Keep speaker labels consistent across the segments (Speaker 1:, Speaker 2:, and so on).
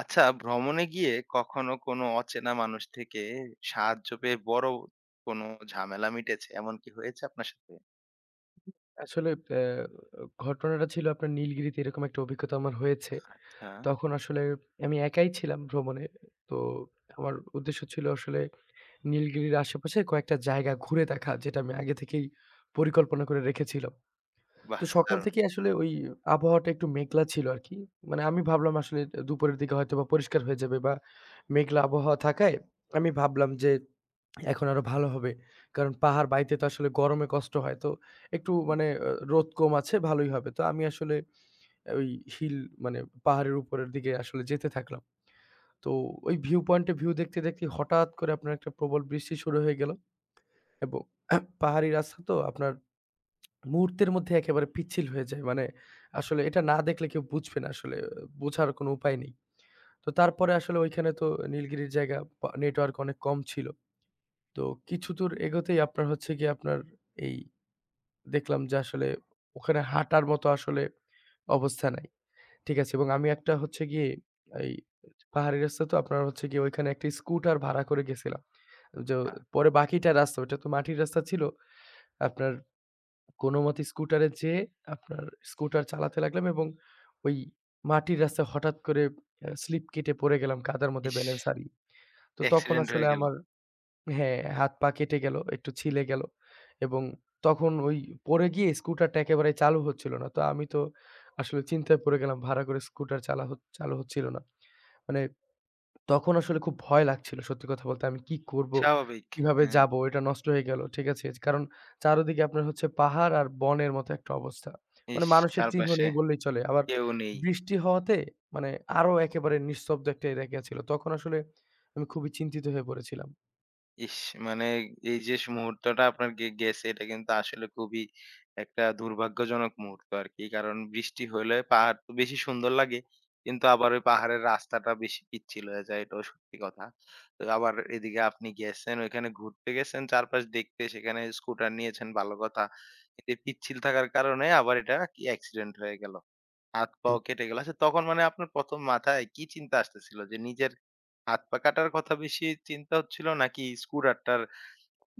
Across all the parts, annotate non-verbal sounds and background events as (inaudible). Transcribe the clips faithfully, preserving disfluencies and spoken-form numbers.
Speaker 1: আচ্ছা, ভ্রমণে গিয়ে কখনো কোনো অচেনা মানুষ থেকে সাহায্য পেয়ে বড় কোনো ঝামেলা মিটেছে, এমন কি হয়েছে আপনার সাথে?
Speaker 2: আসলে অ্যা ঘটনাটা ছিল আপনার নীলগিরিতে এরকম একটা অভিজ্ঞতা আমার হয়েছে।
Speaker 1: হ্যাঁ,
Speaker 2: তখন আসলে আমি একাই ছিলাম ভ্রমণে। তো আমার উদ্দেশ্য ছিল আসলে নীলগিরির আশেপাশে কয়েকটা জায়গা ঘুরে দেখা, যেটা আমি আগে থেকেই পরিকল্পনা করে রেখেছিলাম।
Speaker 1: বাহ!
Speaker 2: তো সকাল
Speaker 1: দারুণ।
Speaker 2: থেকে আসলে ওই আবহাওয়াটা একটু মেঘলা ছিল আরকি। মানে আমি ভাবলাম আসলে দুপুরের দিকে হয়তোবা পরিষ্কার হয়ে যাবে, বা মেঘলা আবহাওয়া থাকায় আমি ভাবলাম যে এখন আরো ভালো হবে। কারণ পাহাড় বাইতে তো আসলে গরমে কষ্ট হয়। তো একটু মানে আ রোদ কম আছে, ভালোই হবে। তো আমি আসলে ওই হিল মানে পাহাড়ের উপরের দিকে আসলে যেতে থাকলাম। তো ওই ভিউ পয়েন্টে ভিউ দেখতে, দেখতে হঠাৎ করে আপনার একটা প্রবল বৃষ্টি শুরু হয়ে গেল এবং (clears throat) পাহাড়ি রাস্তা তো আপনার মুহূর্তের মধ্যে একেবারে পিচ্ছিল হয়ে যায়। মানে আসলে এটা না দেখলে কেউ বুঝবে না আসলে। আহ, বোঝার কোনো উপায় নেই। তো তারপরে
Speaker 1: হুম,
Speaker 2: আসলে ওইখানে তো নীলগিরির জায়গা পা নেটওয়ার্ক অনেক কম ছিল। তো কিছুদূর এগোতেই আপনার হচ্ছে গিয়ে আপনার এই দেখলাম যে আসলে ওখানে হাঁটার মতো আসলে অবস্থা নাই। ঠিক আছে? এবং আমি একটা হচ্ছে গিয়ে এই পাহাড়ি রাস্তা তো আপনার হচ্ছে গিয়ে ওইখানে একটা স্কুটার ভাড়া করে গেছিলাম। যে
Speaker 1: আহ,
Speaker 2: পরে বাকিটা রাস্তা ওইটা তো মাটির রাস্তা ছিল। আপনার কোনমতে স্কুটারে যেয়ে আপনার স্কুটার চালাতে লাগলাম এবং ওই মাটির রাস্তায় হঠাৎ করে অ্যা স্লিপ কেটে পড়ে গেলাম কাদার মধ্যে
Speaker 1: ইস!
Speaker 2: ব্যালেন্স হারিয়ে। তো তখন
Speaker 1: অ্যাক্সিডেন্ট হয়ে
Speaker 2: আসলে
Speaker 1: গেল।
Speaker 2: আমার হ্যাঁ, হাত-পা কেটে গেল, একটু ছিলে গেল এবং তখন ওই পড়ে গিয়ে স্কুটারটা একেবারে চালু হচ্ছিল না। তো আমি তো আসলে চিন্তায় পড়ে গেলাম, ভাড়া করে স্কুটার চালা হচ চালু হচ্ছিল না। মানে তখন আসলে খুব ভয় লাগছিল, সত্যি কথা বলতে। আমি কি করব?
Speaker 1: স্বাভাবিক।
Speaker 2: কিভাবে
Speaker 1: হ্যাঁ,
Speaker 2: যাব? এটা নষ্ট হয়ে গেল। ঠিক আছে? কারণ চারদিকে আপনার হচ্ছে পাহাড় আর বনের মতো একটা অবস্থা। মানে
Speaker 1: ইস!
Speaker 2: মানুষের চিহ্ন
Speaker 1: চারপাশে
Speaker 2: নেই বললেই চলে। আবার
Speaker 1: কেউ নেই।
Speaker 2: বৃষ্টি হওয়াতে মানে আরো একেবারে নিস্তব্ধ একটা এরিয়া ছিল। তখন আসলে আমি খুবই চিন্তিত হয়ে পড়েছিলাম।
Speaker 1: ইস! মানে এই যে স মুহূর্তটা আপনার গে গেছে এটা কিন্তু আসলে খুবই একটা দুর্ভাগ্যজনক মুহূর্ত আরকি। কারণ বৃষ্টি হলে পাহাড় তো বেশি সুন্দর লাগে। কিন্তু আবার ওই পাহাড়ের রাস্তাটা বেশি পিচ্ছিল হয়ে যায়, এটাও সত্যি কথা। তো আবার এদিকে আপনি গেছেন, ওইখানে ঘুরতে গেছেন চারপাশ দেখতে, সেখানে স্কুটার নিয়েছেন ভালো কথা। এতে পিচ্ছিল থাকার কারণে আবার এটা কি অ্যাক্সিডেন্ট হয়ে গেল। হাত
Speaker 2: জি।
Speaker 1: পাও কেটে গেল। আচ্ছা, তখন মানে আপনার প্রথম মাথায় কি চিন্তা আসতেছিল যে নিজের হাত পা কাটার কথা বেশি চিন্তা হচ্ছিল নাকি স্ক্রুড্রাইভারটার,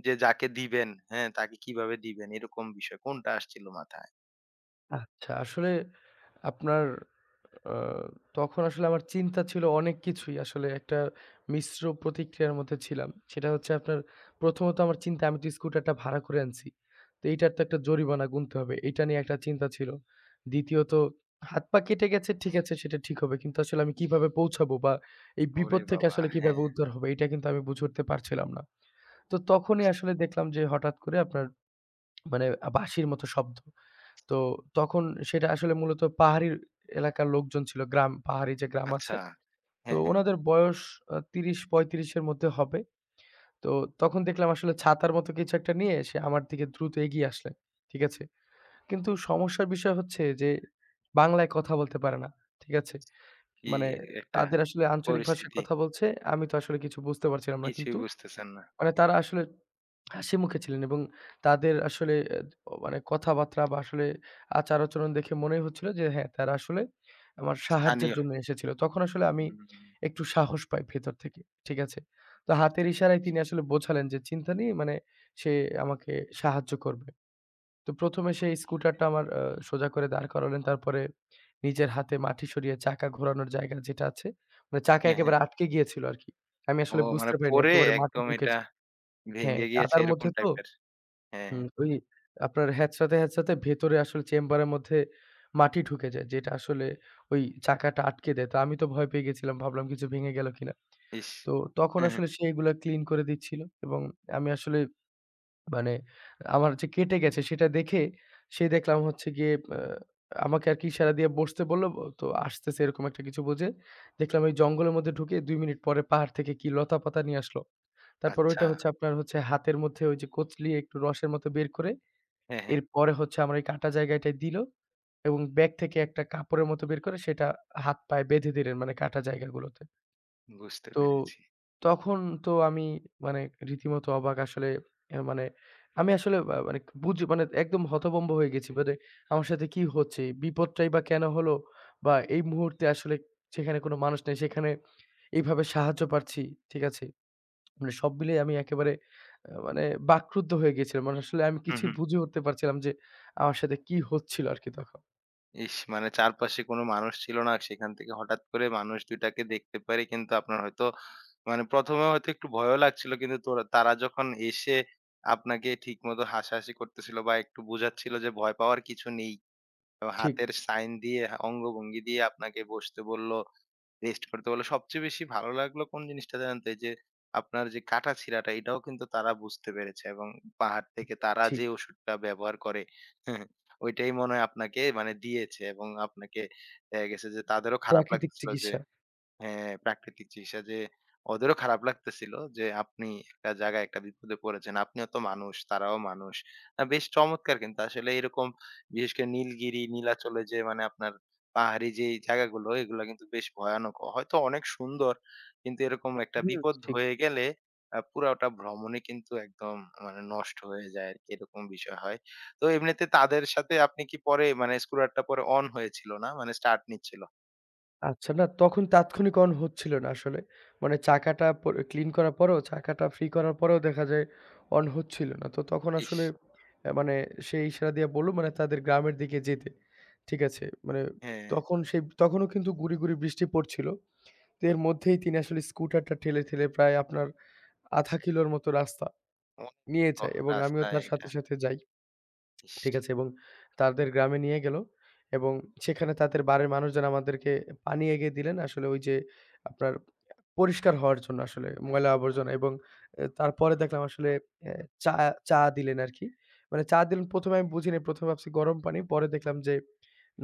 Speaker 1: যে যাকে দিবেন, হ্যাঁ, তাকে কিভাবে দিবেন, এরকম বিষয় কোনটা আসছিল মাথায়?
Speaker 2: আচ্ছা, আসলে আপনার আ তখন আসলে আমার চিন্তা ছিল অনেক কিছুই। আসলে একটা মিশ্র প্রতিক্রিয়ার মধ্যে ছিলাম। সেটা হচ্ছে আপনার প্রথমত আমার চিন্তা, আমি তো স্কুটারটা ভাড়া করে আনছি। তো এইটার তো একটা জরিমানা গুনতে হবে, এইটা নিয়ে একটা চিন্তা ছিল। দ্বিতীয়ত হাত পা কেটে গেছে, ঠিক আছে সেটা ঠিক হবে। কিন্তু আসলে আমি কিভাবে পৌঁছাবো, বা এই
Speaker 1: ওরে
Speaker 2: বিপদ থেকে
Speaker 1: বাবা!
Speaker 2: আসলে
Speaker 1: হ্যাঁ,
Speaker 2: কিভাবে উদ্ধার হবো, এটা কিন্তু আমি বুঝে উঠতে পারছিলাম না। তো তখনই
Speaker 1: বুঝ
Speaker 2: আসলে দেখলাম যে হঠাৎ করে আপনার মানে আ বাঁশির মতো শব্দ। তো তখন সেটা আসলে মূলত পাহাড়ি এলাকার লোকজন ছিল। গ্রাম, পাহাড়ি যে গ্রাম আছে।
Speaker 1: আচ্ছা।
Speaker 2: তো
Speaker 1: হ্যাঁ, হ্যাঁ।
Speaker 2: উনাদের বয়স আ ত্রিশ থেকে পঁয়ত্রিশ এর মধ্যে হবে। তো তখন দেখলাম আসলে ছাতার মতো কিছু একটা নিয়ে সে আমার দিকে দ্রুত এগিয়ে আসলেন। ঠিক আছে? কিন্তু সমস্যার বিষয় হচ্ছে যে বাংলায় কথা বলতে পারে না। ঠিক আছে?
Speaker 1: কি
Speaker 2: মানে
Speaker 1: একটা
Speaker 2: তাদের আসলে আঞ্চলিক ভাষায়
Speaker 1: পরিস্থিতি,
Speaker 2: কথা বলছে। আমি তো আসলে কিছু বুঝতে পারছিলাম না।
Speaker 1: কিছুই
Speaker 2: কিন্তু
Speaker 1: বুঝতেছেন না।
Speaker 2: মানে তারা আসলে হাসি মুখে ছিলেন এবং তাদের আসলে অ্যা অ মানে কথাবার্তা বা আসলে আচার-আচরণ দেখে মনেই হচ্ছিল যে হ্যাঁ, তারা আসলে আমার সাহায্যের
Speaker 1: স্থানীয়।
Speaker 2: জন্য এসেছিল। তখন আসলে আমি
Speaker 1: হুম,
Speaker 2: একটু সাহস পাই ভেতর থেকে। ঠিক আছে? তো
Speaker 1: বুঝতে
Speaker 2: হাতের ইশারায়
Speaker 1: পেরেছি,
Speaker 2: তিনি আসলে বোঝালেন যে চিন্তা নেই, মানে সে আমাকে সাহায্য করবে। তো ১ম এ সেই
Speaker 1: বুঝতে পেরেছি।
Speaker 2: স্কুটারটা আমার আ সোজা করে দাঁড় করালেন। তারপরে নিজের হাতে মাটি সরিয়ে চাকা ঘোরানোর জায়গা যেটা আছে, মানে চাকা
Speaker 1: হ্যাঁ, হ্যাঁ।
Speaker 2: একেবারে আটকে গিয়েছিল আরকি। আমি
Speaker 1: ও
Speaker 2: আসলে
Speaker 1: মানে
Speaker 2: বুঝতে পারিনি,
Speaker 1: পড়ে
Speaker 2: একেবারে মাটি
Speaker 1: একদম এটা
Speaker 2: ঢুকেছে। হ্যাঁ,
Speaker 1: ভেঙে গিয়েছে
Speaker 2: কাদার
Speaker 1: এরকম
Speaker 2: মধ্যে তো
Speaker 1: টাইপের। হ্যাঁ,
Speaker 2: হুম, ওই আপনার হ্যাঁচড়াতে, হ্যাঁচড়াতে ভেতরে আসলে চেম্বারের মধ্যে মাটি ঢুকে যায়। যেটা আসলে ওই চাকাটা আটকে দেয়। তো আমি তো ভয় পেয়ে গেছিলাম। ভাবলাম কিছু ভেঙে গেল কিনা।
Speaker 1: ইস!
Speaker 2: তো তখন
Speaker 1: হ্যাঁ, হ্যাঁ।
Speaker 2: আসলে সে এগুলা ক্লিন করে দিচ্ছিল এবং আমি আসলে মানে আমার যে কেটে গেছে সেটা দেখে সে দেখলাম হচ্ছে গিয়ে আ আমাকে আরকি ইশারা দিয়ে বসতে বলল। তো আসতেছে এরকম একটা কিছু বুঝে। দেখলাম এই জঙ্গলের মধ্যে ঢুকে দুই মিনিট পরে পাহাড় থেকে কি লতাপাতা নিয়ে আসলো। তারপর
Speaker 1: আচ্ছা।
Speaker 2: ওইটা হচ্ছে আপনার হচ্ছে হাতের মধ্যে ওই যে কচলিয়ে একটু রসের মতো বের করে
Speaker 1: হ্যাঁ, হ্যাঁ।
Speaker 2: এরপরে হচ্ছে আমার ওই কাটা জায়গাটায় দিল এবং ব্যাগ থেকে একটা কাপড়ের মতো বের করে সেটা হাত পায়ে বেঁধে দিলেন, মানে কাটা জায়গাগুলোতে।
Speaker 1: বুঝতে
Speaker 2: তো
Speaker 1: পেরেছি।
Speaker 2: তখন তো আমি মানে রীতিমতো অবাক আসলে এ মানে আমি আসলে আ মানে বুঝ মানে একদম হতভম্ব হয়ে গেছি। মানে আমার সাথে কি হচ্ছে? এই বিপদটাই বা কেন হলো? বা এই মুহূর্তে আসলে সেখানে কোন মানুষ নেই। সেখানে এইভাবে সাহায্য পাচ্ছি। ঠিক আছে? মানে সব মিলিয়ে আমি একেবারে আ মানে বাকরুদ্ধ হয়ে গিয়েছিলাম। মানে আসলে আমি
Speaker 1: হু,
Speaker 2: কিছুই
Speaker 1: হু।
Speaker 2: বুঝে উঠতে পারছিলাম যে, আমার সাথে কি হচ্ছিল আরকি তখন।
Speaker 1: ইস! মানে চারপাশে কোনো মানুষ ছিল না। সেখান থেকে হঠাৎ করে মানুষ দুই টাকে দেখতে পেরে কিন্তু আপনার হয়তো মানে প্রথমে হয়তো একটু ভয়ও লাগছিল। কিন্তু তোরা তারা যখন এসে আপনাকে ঠিকমতো হাসাহাসি করতেছিল বা একটু বোঝাচ্ছিল যে ভয় পাওয়ার কিছু নেই। এবং
Speaker 2: ঠিক,
Speaker 1: হাতের সাইন দিয়ে, হা- অঙ্গভঙ্গি দিয়ে আপনাকে বসতে বলল। রেস্ট করতে বলে। সবচেয়ে বেশি ভালো লাগলো কোন জিনিসটা জানেন তো? এই যে আপনার যে কাটাছিঁড়াটা এটাও কিন্তু তারা বুঝতে পেরেছে এবং পাহাড় থেকে তারা
Speaker 2: ঠিক।
Speaker 1: যে ওষুধটা ব্যবহার করে (laughs) ওইটাই মনে হয় আপনাকে মানে দিয়েছে এবং আপনাকে দেখা গেছে যে তাদেরও খারাপ
Speaker 2: প্রাকৃতিক
Speaker 1: লাগতেছিল যে
Speaker 2: চিকিৎসা।
Speaker 1: হ্যাঁ, প্রাকৃতিক চিকিৎসা যে ওদেরও খারাপ লাগতেছিল যে আপনি একটা জায়গায় একটা বিপদে পড়েছেন। আপনিও তো মানুষ, তারাও মানুষ। আ বেশ চমৎকার কিন্তু আসলে এরকম, বিশেষ করে নীলগিরি, নীলাচলে যে মানে আপনার পাহাড়ি যেই জায়গাগুলো, এগুলা কিন্তু বেশ ভয়ানক। হয়তো অনেক সুন্দর, কিন্তু এরকম একটা
Speaker 2: হুম,
Speaker 1: বিপদ
Speaker 2: ঠিক।
Speaker 1: হয়ে গেলে আ পুরাটা ভ্রমণই কিন্তু একদম মানে নষ্ট হয়ে যায় আরকি। এরকম বিষয় হয়। তো এমনিতে তাদের সাথে আপনি কি পরে, মানে স্কুটারটা পরে অন হয়েছিল না? মানে স্টার্ট নিচ্ছিল?
Speaker 2: আচ্ছা না, তখন তাৎক্ষণিক অন হচ্ছিল না আসলে। মানে চাকাটা প ক্লিন করার পরেও, চাকাটা ফ্রি করার পরেও দেখা যায় অন হচ্ছিল না। তো তখন
Speaker 1: ইস!
Speaker 2: আসলে আ মানে সে ইশারা দিয়ে বলল মানে তাদের গ্রামের দিকে যেতে। ঠিক আছে? মানে
Speaker 1: হ্যাঁ।
Speaker 2: তখন সেই তখনও কিন্তু গুঁড়ি, গুঁড়ি বৃষ্টি পড়ছিল। তো এর মধ্যেই তিনি আসলে স্কুটারটা ঠেলে, ঠেলে প্রায় আপনার আধা কিলোর মতো রাস্তা
Speaker 1: অনেক
Speaker 2: নিয়ে
Speaker 1: ওহ!
Speaker 2: যায় এবং আমিও
Speaker 1: রাস্তায়
Speaker 2: তার সাথে,
Speaker 1: এটা।
Speaker 2: সাথে যাই।
Speaker 1: ইস!
Speaker 2: ঠিক আছে? এবং তাদের গ্রামে নিয়ে গেল এবং সেখানে তাদের বাড়ির মানুষজন আমাদেরকে পানি এগিয়ে দিলেন। আসলে ওই যে আপনার পরিষ্কার হওয়ার জন্য আসলে ময়লা আবর্জনা এবং এ তারপরে দেখলাম আসলে অ্যা চা চা দিলেন আরকি। মানে চা দিলেন ১ম এ আমি বুঝিনি। ১ম এ ভাবছি গরম পানি। পরে দেখলাম যে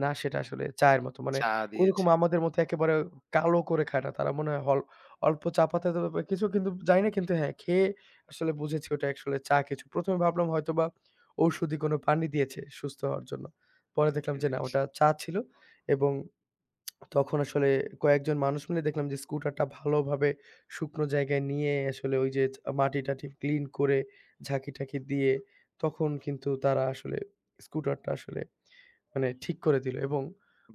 Speaker 2: না, সেটা আসলে চায়ের মতো। মানে
Speaker 1: চা
Speaker 2: ওরকম
Speaker 1: দিয়েছে।
Speaker 2: আমাদের মতো একেবারে কালো করে খায় না। তারা মনে হয় হল অল্প চা পাতা দেবে বা কিছু, কিন্তু জানি না, কিন্তু হ্যাঁ, খেয়ে আসলে বুঝেছি ওটা আসলে চা কিছু। ১ম এ ভাবলাম হয়তোবা ঔষধি কোনো পানি দিয়েছে সুস্থ হওয়ার জন্য। পরে
Speaker 1: বুঝতে
Speaker 2: দেখলাম যে না,
Speaker 1: পেরেছি।
Speaker 2: ওটা চা ছিল এবং তখন আসলে কয়েকজন মানুষ মিলে দেখলাম যে স্কুটারটা ভালোভাবে শুকনো জায়গায় নিয়ে আসলে ওই যে আ মাটি-টাটি ক্লিন করে ঝাঁকি-টাকি দিয়ে তখন কিন্তু তারা আসলে স্কুটারটা আসলে মানে ঠিক করে দিল এবং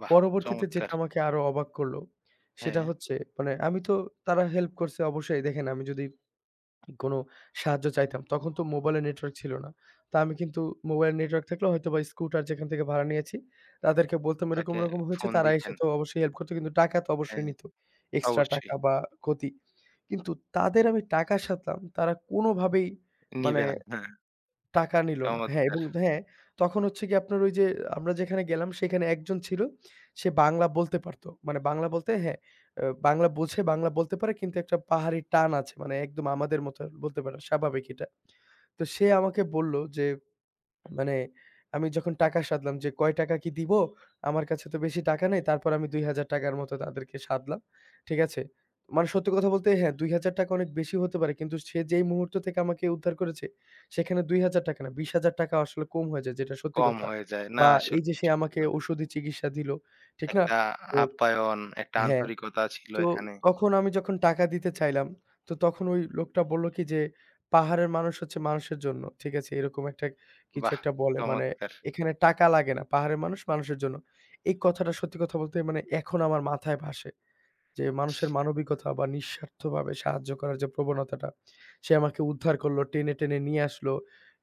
Speaker 1: বাহ!
Speaker 2: পরবর্তীতে যেটা
Speaker 1: চমৎকার।
Speaker 2: আমাকে আরো অবাক করলো সেটা
Speaker 1: হ্যাঁ,
Speaker 2: হচ্ছে মানে আমি তো তারা হেল্প করছে অবশ্যই, দেখেন আমি যদি কোনো সাহায্য চাইতাম। তখন তো মোবাইলে নেটওয়ার্ক ছিল না। তা আমি কিন্তু মোবাইলে নেটওয়ার্ক থাকলে হয়তোবা স্কুটার যেখান থেকে ভাড়া নিয়েছি, তাদেরকে বলতাম এরকম,
Speaker 1: তাকে
Speaker 2: এরকম হয়েছে।
Speaker 1: ফোন
Speaker 2: তারা এসে
Speaker 1: দিতেন।
Speaker 2: তো অবশ্যই হেল্প করত। কিন্তু টাকা তো অবশ্যই
Speaker 1: হ্যাঁ,
Speaker 2: নিত। এক্সট্রা
Speaker 1: অবশ্যই।
Speaker 2: টাকা বা গতি। কিন্তু তাদের আমি টাকা সাধলাম, তারা কোনোভাবেই মানে
Speaker 1: নিবে না। হ্যাঁ,
Speaker 2: টাকা নিল না। হ্যাঁ,
Speaker 1: চমৎকার।
Speaker 2: এবং হ্যাঁ, তখন হচ্ছে গিয়ে আপনার ওই যে আমরা যেখানে গেলাম সেখানে একজন ছিল। সে বাংলা বলতে পারত। মানে বাংলা বলতে হ্যাঁ, আ বাংলা বোঝে, বাংলা বলতে পারে, কিন্তু একটা পাহাড়ি টান আছে। মানে একদম আমাদের মতো বলতে পারে না, স্বাভাবিক এটা। তো সে আমাকে বলল যে মানে আমি যখন টাকা সাধলাম যে কয় টাকা কি দিব? আমার কাছে তো বেশি টাকা নেই। তারপর আমি ৳দুই হাজার র মতো তাদেরকে সাধলাম। ঠিক আছে? মানে সত্যি কথা বলতে হ্যাঁ, ৳দুই হাজার অনেক বেশি হতে পারে। কিন্তু সে যেই মুহূর্ত থেকে আমাকে উদ্ধার করেছে, সেখানে ৳দুই হাজার না, ৳বিশ হাজার আসলে কম হয়ে যায়, যেটা সত্যি
Speaker 1: কম
Speaker 2: কথা।
Speaker 1: হয়ে যায়। না
Speaker 2: বা এই
Speaker 1: আসলে
Speaker 2: যে সে
Speaker 1: সত্যি
Speaker 2: আমাকে
Speaker 1: কথা।
Speaker 2: ঔষধি চিকিৎসা দিল। ঠিক না?
Speaker 1: একটা
Speaker 2: তো
Speaker 1: আপ্যায়ন, একটা
Speaker 2: হ্যাঁ।
Speaker 1: আন্তরিকতা ছিল
Speaker 2: তো
Speaker 1: এখানে।
Speaker 2: তখন আমি যখন টাকা দিতে চাইলাম, তো তখন ওই লোকটা বলল কি যে, "পাহাড়ের মানুষ হচ্ছে মানুষের জন্য।" ঠিক আছে? এরকম একটা কিছু
Speaker 1: বাহ!
Speaker 2: একটা বলে। মানে
Speaker 1: চমৎকার।
Speaker 2: এখানে টাকা লাগে না। পাহাড়ের মানুষ মানুষের জন্য। এই কথাটা সত্যি কথা বলতে মানে এখন আমার মাথায় ভাসে। যে মানুষের মানবিকতা বা নিঃস্বার্থভাবে সাহায্য করার যে প্রবণতাটা, সে আমাকে উদ্ধার করলো, টেনে, টেনে নিয়ে আসলো।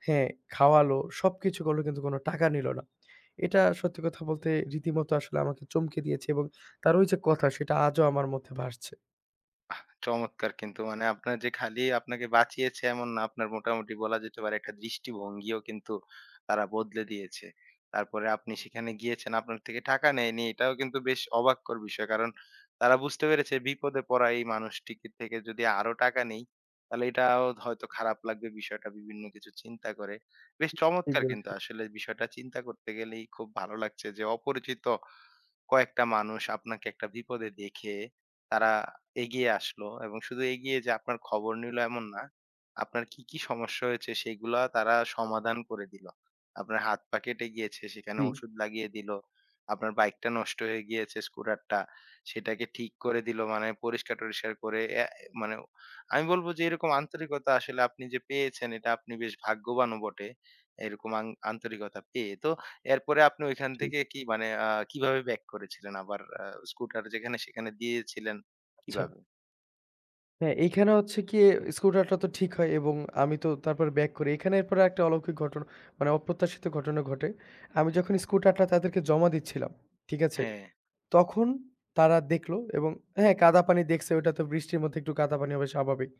Speaker 2: হ্যাঁ, খাওয়ালো, সবকিছু করলো, কিন্তু কোনো টাকা নিল না। এটা সত্যি কথা বলতে রীতিমতো আসলে আমাকে চমকে দিয়েছে এবং তার ওই যে কথা সেটা আজও আমার মধ্যে ভাসছে।
Speaker 1: বাহ! চমৎকার কিন্তু মানে আপনার যে খালি আপনাকে বাঁচিয়েছে এমন না, আপনার মোটামুটি বলা যেতে পারে একটা দৃষ্টিভঙ্গিও কিন্তু তারা বদলে দিয়েছে। তারপরে আপনি সেখানে গিয়েছেন, আপনার থেকে টাকা নেয়নি, এটাও কিন্তু বেশ অবাককর বিষয়। কারণ তারা বুঝতে পেরেছে, বিপদে পড়া এই মানুষটিকে থেকে যদি আরো টাকা নেই, তাহলে এটাও হয়তো খারাপ লাগবে বিষয়টা, বিভিন্ন কিছু চিন্তা করে। বেশ
Speaker 2: ঠিক
Speaker 1: চমৎকার কিন্তু
Speaker 2: বলেছেন।
Speaker 1: আসলে বিষয়টা চিন্তা করতে গেলেই খুব ভালো লাগছে যে অপরিচিত কয়েকটা মানুষ আপনাকে একটা বিপদে দেখে তারা এগিয়ে আসলো এবং শুধু এগিয়ে যে আপনার খবর নিল এমন না। আপনার কি, কি সমস্যা হয়েছে সেগুলা তারা সমাধান করে দিল। আপনার হাত পা কেটে গিয়েছে সেখানে
Speaker 2: জি।
Speaker 1: ওষুধ লাগিয়ে দিল। আপনার বাইকটা নষ্ট হয়ে গিয়েছে স্কুটারটা, সেটাকে ঠিক করে দিল। মানে পরিষ্কার-টরিষ্কার করে এ মানে, আমি বলব যে এরকম আন্তরিকতা আসলে আপনি যে পেয়েছেন, এটা আপনি বেশ ভাগ্যবানও বটে। এরকম আং আন্তরিকতা পেয়ে। তো এরপরে আপনি ঐখান
Speaker 2: জি,
Speaker 1: থেকে কি মানে আ কিভাবে ব্যাক করেছিলেন? আবার আ স্কুটার যেখানে সেখানে দিয়েছিলেন
Speaker 2: আচ্ছা।
Speaker 1: কিভাবে?
Speaker 2: হ্যাঁ, এইখানে হচ্ছে গিয়ে স্কুটারটা তো ঠিক হয় এবং আমি তো তারপরে ব্যাক করি। এখানে এরপরে একটা অলৌকিক ঘটনা মানে অপ্রত্যাশিত ঘটনা ঘটে। আমি যখন স্কুটারটা তাদেরকে জমা দিচ্ছিলাম, ঠিক আছে?
Speaker 1: হ্যাঁ।
Speaker 2: তখন তারা দেখল এবং হ্যাঁ, কাদা পানি দেখছে, ওইটা তো বৃষ্টির মধ্যে একটু কাদা পানি হবে স্বাভাবিক।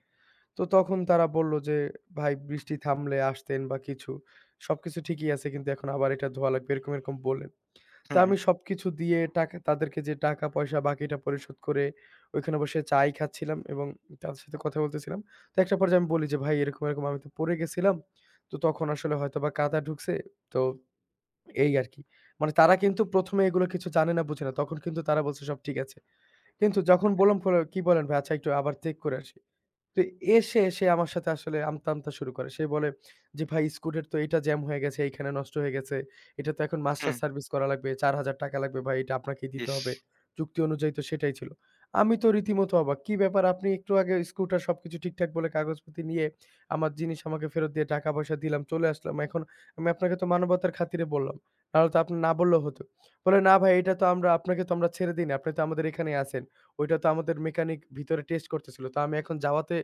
Speaker 2: তো তখন তারা বলল যে, "ভাই বৃষ্টি থামলে আসতেন বা কিছু। সবকিছু ঠিকই আছে কিন্তু এখন আবার এটা ধোয়া লাগবে।" এরকম, এরকম বললেন। তা
Speaker 1: হুম,
Speaker 2: আমি সবকিছু দিয়ে টাকা তাদেরকে যে টাকা-পয়সা বাকিটা পরিশোধ করে ওইখানে বসে চাই খাচ্ছিলাম এবং তাদের সাথে কথা বলতেছিলাম। তো একটা পর্যায়ে আমি বলি যে, "ভাই এরকম, এরকম আমি তো পড়ে গেছিলাম। তো তখন আসলে হয়তোবা কাদা ঢুকছে।" তো এই আরকি। মানে তারা কিন্তু ১ম এ এগুলো কিছু জানে না, বুঝে না। তখন কিন্তু তারা বলছে সব ঠিক আছে। কিন্তু যখন বললাম ফলো কি বলেন ভাই? আচ্ছা একটু আবার চেক করে আসি। তো এসে, সে আমার সাথে আসলে আমতা, আমতা শুরু করে। সে বলে যে, "ভাই স্কুটির তো এইটা জ্যাম হয়ে গেছে, এইখানে নষ্ট হয়ে গেছে। এটা তো এখন মাস্টার
Speaker 1: হুম।
Speaker 2: সার্ভিস করা লাগবে। ৳চার হাজার লাগবে ভাই, এটা আপনাকেই দিতে
Speaker 1: ইস!
Speaker 2: হবে।" চুক্তি অনুযায়ী তো সেটাই ছিল। আমি তো রীতিমতো অবাক। "কি ব্যাপার? আপনি একটু আগে স্কুটার সবকিছু ঠিকঠাক বলে কাগজপাতি নিয়ে আমার জিনিস আমাকে ফেরত দিয়ে টাকা-পয়সা দিলাম, চলে আসলাম। এখন আমি আপনাকে তো মানবতার খাতিরে বললাম। নাহলে তো আপনি না বললেও হতো।" বলে, "না ভাই, এটা তো আমরা আপনাকে তো আমরা ছেড়ে দেই না। আপনি তো আমাদের এখানেই আছেন। ওইটা তো আমাদের মেকানিক ভিতরে টেস্ট করতেছিল। তো আমি এখন যাওয়াতে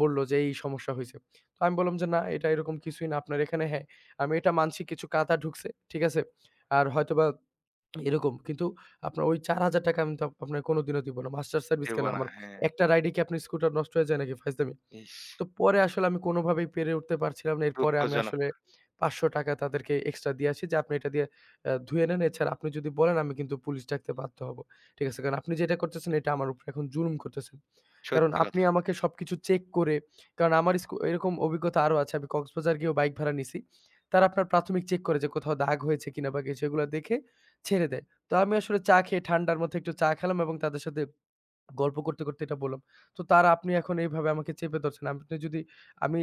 Speaker 2: বলল যে, এই সমস্যা হইছে।" তো আমি বললাম যে, "না, এটা এরকম কিছুই না। আপনার এখানে হ্যাঁ, আমি এটা মানছি কিছু কাদা ঢুকছে। ঠিক আছে? আর হয়তোবা এরকম। কিন্তু আপনার ওই ৳চার হাজার আমি তো আপ- আপনার কোনদিনও দিব না। মাস্টার সার্ভিস কেন
Speaker 1: ভেবো না।
Speaker 2: আমার
Speaker 1: হ্যাঁ,
Speaker 2: একটা রাইডে কি আপনার স্কুটার নষ্ট হয়ে যায় নাকি ফাইজলামি?
Speaker 1: ইস!
Speaker 2: তো পরে আসলে আমি কোনভাবেই পেরে উঠতে পারছিলাম না। এরপরে আমি
Speaker 1: দুঃখজনক।
Speaker 2: আসলে ৳পাঁচশো তাদেরকে এক্সট্রা দিয়ে আসি যে, "আপনি এটা দিয়ে আ ধুয়ে নেন। এছাড়া আপনি যদি বলেন আমি কিন্তু পুলিশ ডাকতে বাধ্য হব। ঠিক আছে? কারণ আপনি যেটা করতেছেন এটা আমার উপরে এখন জুলুম করতেছেন। কারণ
Speaker 1: সত্যি
Speaker 2: আপনি
Speaker 1: কথা।
Speaker 2: আমাকে সবকিছু চেক করে" কারণ আমার স্কু এরকম অভিজ্ঞতা আরো আছে। আমি কক্সবাজার গিয়েও বাইক ভাড়া নিছি। তারা আপনার প্রাথমিক চেক করে যে কোথাও দাগ হয়েছে কিনা বা কিছু, এগুলা দেখে ছেড়ে দেয়। তো আমি আসলে চা খেয়ে ঠান্ডার মধ্যে একটু চা খেলাম এবং তাদের সাথে গল্প করতে, করতে এটা বললাম। তো তার আপনি এখন এইভাবে আমাকে চেপে ধরছেন। আপনি যদি আমি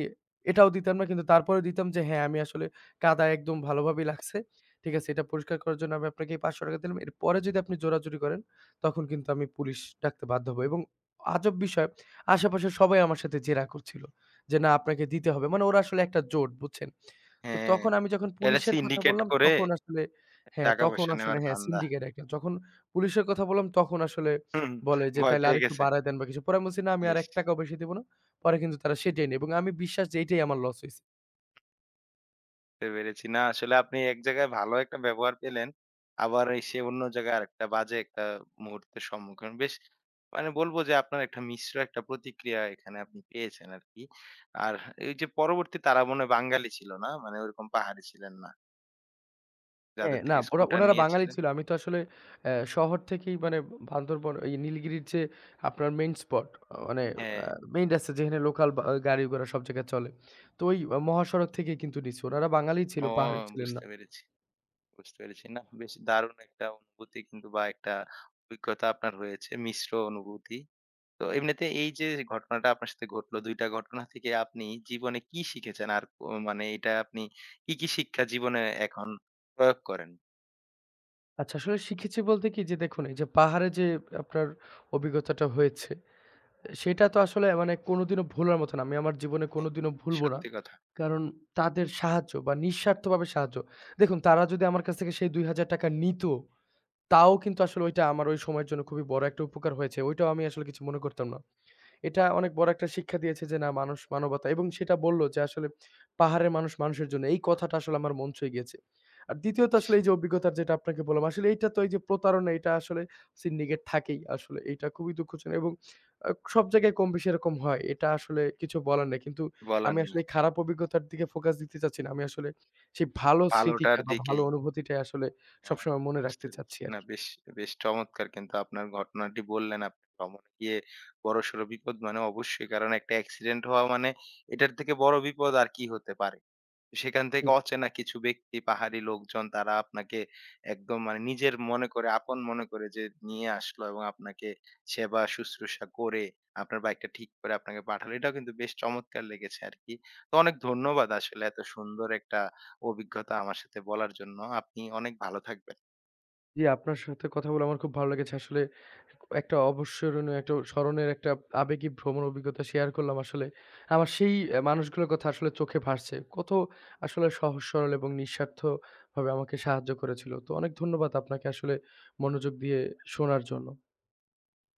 Speaker 2: এটাও দিতাম না, কিন্তু তারপরেও দিতাম যে হ্যাঁ, আমি আসলে কাদা একদম ভালোভাবেই লাগছে। ঠিক আছে? এটা পরিষ্কার করার জন্য আমি আপনাকে এই ৳পাঁচশো দিলাম। এরপরে যদি আপনি জোরাজুরি করেন তখন কিন্তু আমি পুলিশ ডাকতে বাধ্য হব। এবং আজব বিষয় আশেপাশের সবাই আমার সাথে জেরা করছিল। যে না আপনাকে দিতে হবে। মানে ওরা আসলে একটা জোট, বুঝছেন? তো
Speaker 1: হ্যাঁ।
Speaker 2: তখন আমি যখন
Speaker 1: এটা
Speaker 2: পুলিশের কথা
Speaker 1: সিন্ডিকেট
Speaker 2: বললাম
Speaker 1: করে
Speaker 2: তখন আসলে হ্যাঁ,
Speaker 1: টাকা
Speaker 2: তখন
Speaker 1: পয়সা
Speaker 2: আসলে
Speaker 1: নেওয়ার
Speaker 2: হ্যাঁ,
Speaker 1: ধান্দা।
Speaker 2: সিন্ডিকেট একটা। যখন পুলিশের কথা বললাম তখন আসলে
Speaker 1: হুম,
Speaker 2: বলে যে,
Speaker 1: ভয়
Speaker 2: "তাইলে
Speaker 1: পেয়ে
Speaker 2: আরেকটু
Speaker 1: গেছে।
Speaker 2: বাড়ায় দেন বা কিছু।" পরে আমি বলছি, "না, আমি আর
Speaker 1: ইস!
Speaker 2: ৳এক ও বেশি দিব না।" পরে কিন্তু তারা সেটাই নেয় এবং আমি বিশ্বাস যে এইটাই আমার লস হইছে।
Speaker 1: বুঝতে পেরেছি। না আসলে আপনি এক জায়গায় ভালো একটা ব্যবহার পেলেন। আবার এসে অন্য জায়গায় আরেকটা বাজে একটা মুহূর্তের সম্মুখীন। বেশ মানে বলবো যে আপনার একটা মিশ্র একটা প্রতিক্রিয়া এখানে আপনি পেয়েছেন আরকি। আর এই যে পরবর্তী, তারা মনে হয় বাঙালি ছিল না? মানে ওরকম পাহাড়ি ছিলেন না।
Speaker 2: হ্যাঁ,
Speaker 1: যাদের
Speaker 2: না
Speaker 1: থেকে
Speaker 2: ওরা
Speaker 1: স্কুটার
Speaker 2: উনারা বাঙালি
Speaker 1: নিয়েছিলেন?
Speaker 2: ছিল। আমি তো আসলে অ্যা শহর থেকেই মানে বান্দরবন এই নীলগিরির যে আপনার মেইন স্পট আ মানে
Speaker 1: হ্যাঁ।
Speaker 2: আ মেইন রাস্তা যেখানে লোকাল বা গাড়ি-ঘোড়া সব জায়গায় চলে। তো ওই আহ, মহাসড়ক থেকেই কিন্তু নিছি। উনারা বাঙালিই
Speaker 1: ও,
Speaker 2: ছিল, পাহাড়ে ছিলেন না।
Speaker 1: বুঝতে পেরেছি, বুঝতে পেরেছি। না বেশ দারুণ একটা অনুভূতি কিন্তু বা একটা অভিজ্ঞতা আপনার হয়েছে। মিশ্র অনুভূতি। তো এমনিতে এই যে ঘটনাটা আপনার সাথে ঘটলো, দুই টা ঘটনা থেকে আপনি জীবনে কি শিখেছেন? আর ক মানে এটা আপনি কি, কি শিক্ষা জীবনে এখন প্রয়োগ করেন?
Speaker 2: আচ্ছা, আসলে শিখেছি বলতে কি যে দেখুন এই যে পাহাড়ে যে আপনার অভিজ্ঞতাটা হয়েছে সেটা তো আসলে মানে কোনোদিনও ভোলার মতো না। আমি আমার জীবনে
Speaker 1: হ্যাঁ,
Speaker 2: কোনোদিনও ভুলব না।
Speaker 1: সত্যি কথা,
Speaker 2: কারণ তাদের সাহায্য বা নিঃস্বার্থভাবে সাহায্য। দেখুন তারা যদি আমার কাছ থেকে সেই ৳দুই হাজার নিত, তাও কিন্তু আসলে ওইটা আমার ওই সময়ের জন্য খুবই বড় একটা উপকার হয়েছে। ওইটাও আমি আসলে কিছু মনে করতাম না। এটা অনেক বড় একটা শিক্ষা দিয়েছে যে না, মানুষ মানবতা, এবং সেটা বলল যে আসলে পাহাড়ের মানুষ মানুষের জন্য। এই কথাটা আসলে আমার মন ছুঁয়ে গিয়েছে। আর দ্বিতীয়ত আসলে এই যে অভিজ্ঞতার যেটা আপনাকে বললাম, আসলে এইটা তো এই যে প্রতারণা, এটা আসলে সিন্ডিকেট থাকেই আসলে। এটা খুবই দুঃখজনক এবং আ সব জায়গায় কম বেশি এরকম হয়। এটা আসলে কিছু বলার নেই। কিন্তু
Speaker 1: বলার
Speaker 2: আমি
Speaker 1: নেই।
Speaker 2: আসলে এই খারাপ অভিজ্ঞতার দিকে ফোকাস দিতে চাচ্ছি না। আমি আসলে সেই ভালো
Speaker 1: ভালোটার
Speaker 2: স্মৃতিটা বা ভালো
Speaker 1: দিকেই,
Speaker 2: অনুভূতিটাই আসলে
Speaker 1: হ্যাঁ,
Speaker 2: সবসময় মনে
Speaker 1: বুঝতে
Speaker 2: রাখতে
Speaker 1: পেরেছি।
Speaker 2: চাচ্ছি
Speaker 1: না
Speaker 2: আরকি।
Speaker 1: বেশ, বেশ চমৎকার কিন্তু আপনার ঘটনাটি বললেন। আপনি ভ্রমণে গিয়ে বড়সড় বিপদ মানে অবশ্যই, কারণ একটা অ্যাক্সিডেন্ট হওয়া মানে এটার থেকে বড় বিপদ আর কি হতে পারে? সেখান থেকে অচেনা কিছু ব্যক্তি, পাহাড়ি লোকজন তারা আপনাকে একদম মানে নিজের মনে করে, আপন মনে করে যে নিয়ে আসলো এবং আপনাকে সেবা শুশ্রূষা করে আপনার বাইকটা ঠিক করে আপনাকে পাঠালো। এটাও কিন্তু বেশ চমৎকার লেগেছে আরকি। তো অনেক ধন্যবাদ আসলে এত সুন্দর একটা অভিজ্ঞতা আমার সাথে বলার জন্য। আপনি অনেক ভালো থাকবেন।
Speaker 2: জি, আপনার সাথে কথা বলে আমার খুব ভালো লেগেছে। আসলে একটা অবিস্মরণীয় একটা স্মরণের একটা আবেগী ভ্রমণ অভিজ্ঞতা শেয়ার করলাম আসলে। আমার সেই অ্যা মানুষগুলোর কথা আসলে চোখে ভাসছে। কত আসলে সহজ সরল এবং নিঃস্বার্থভাবে আমাকে সাহায্য করেছিল। তো অনেক ধন্যবাদ আপনাকে আসলে মনোযোগ দিয়ে শোনার জন্য।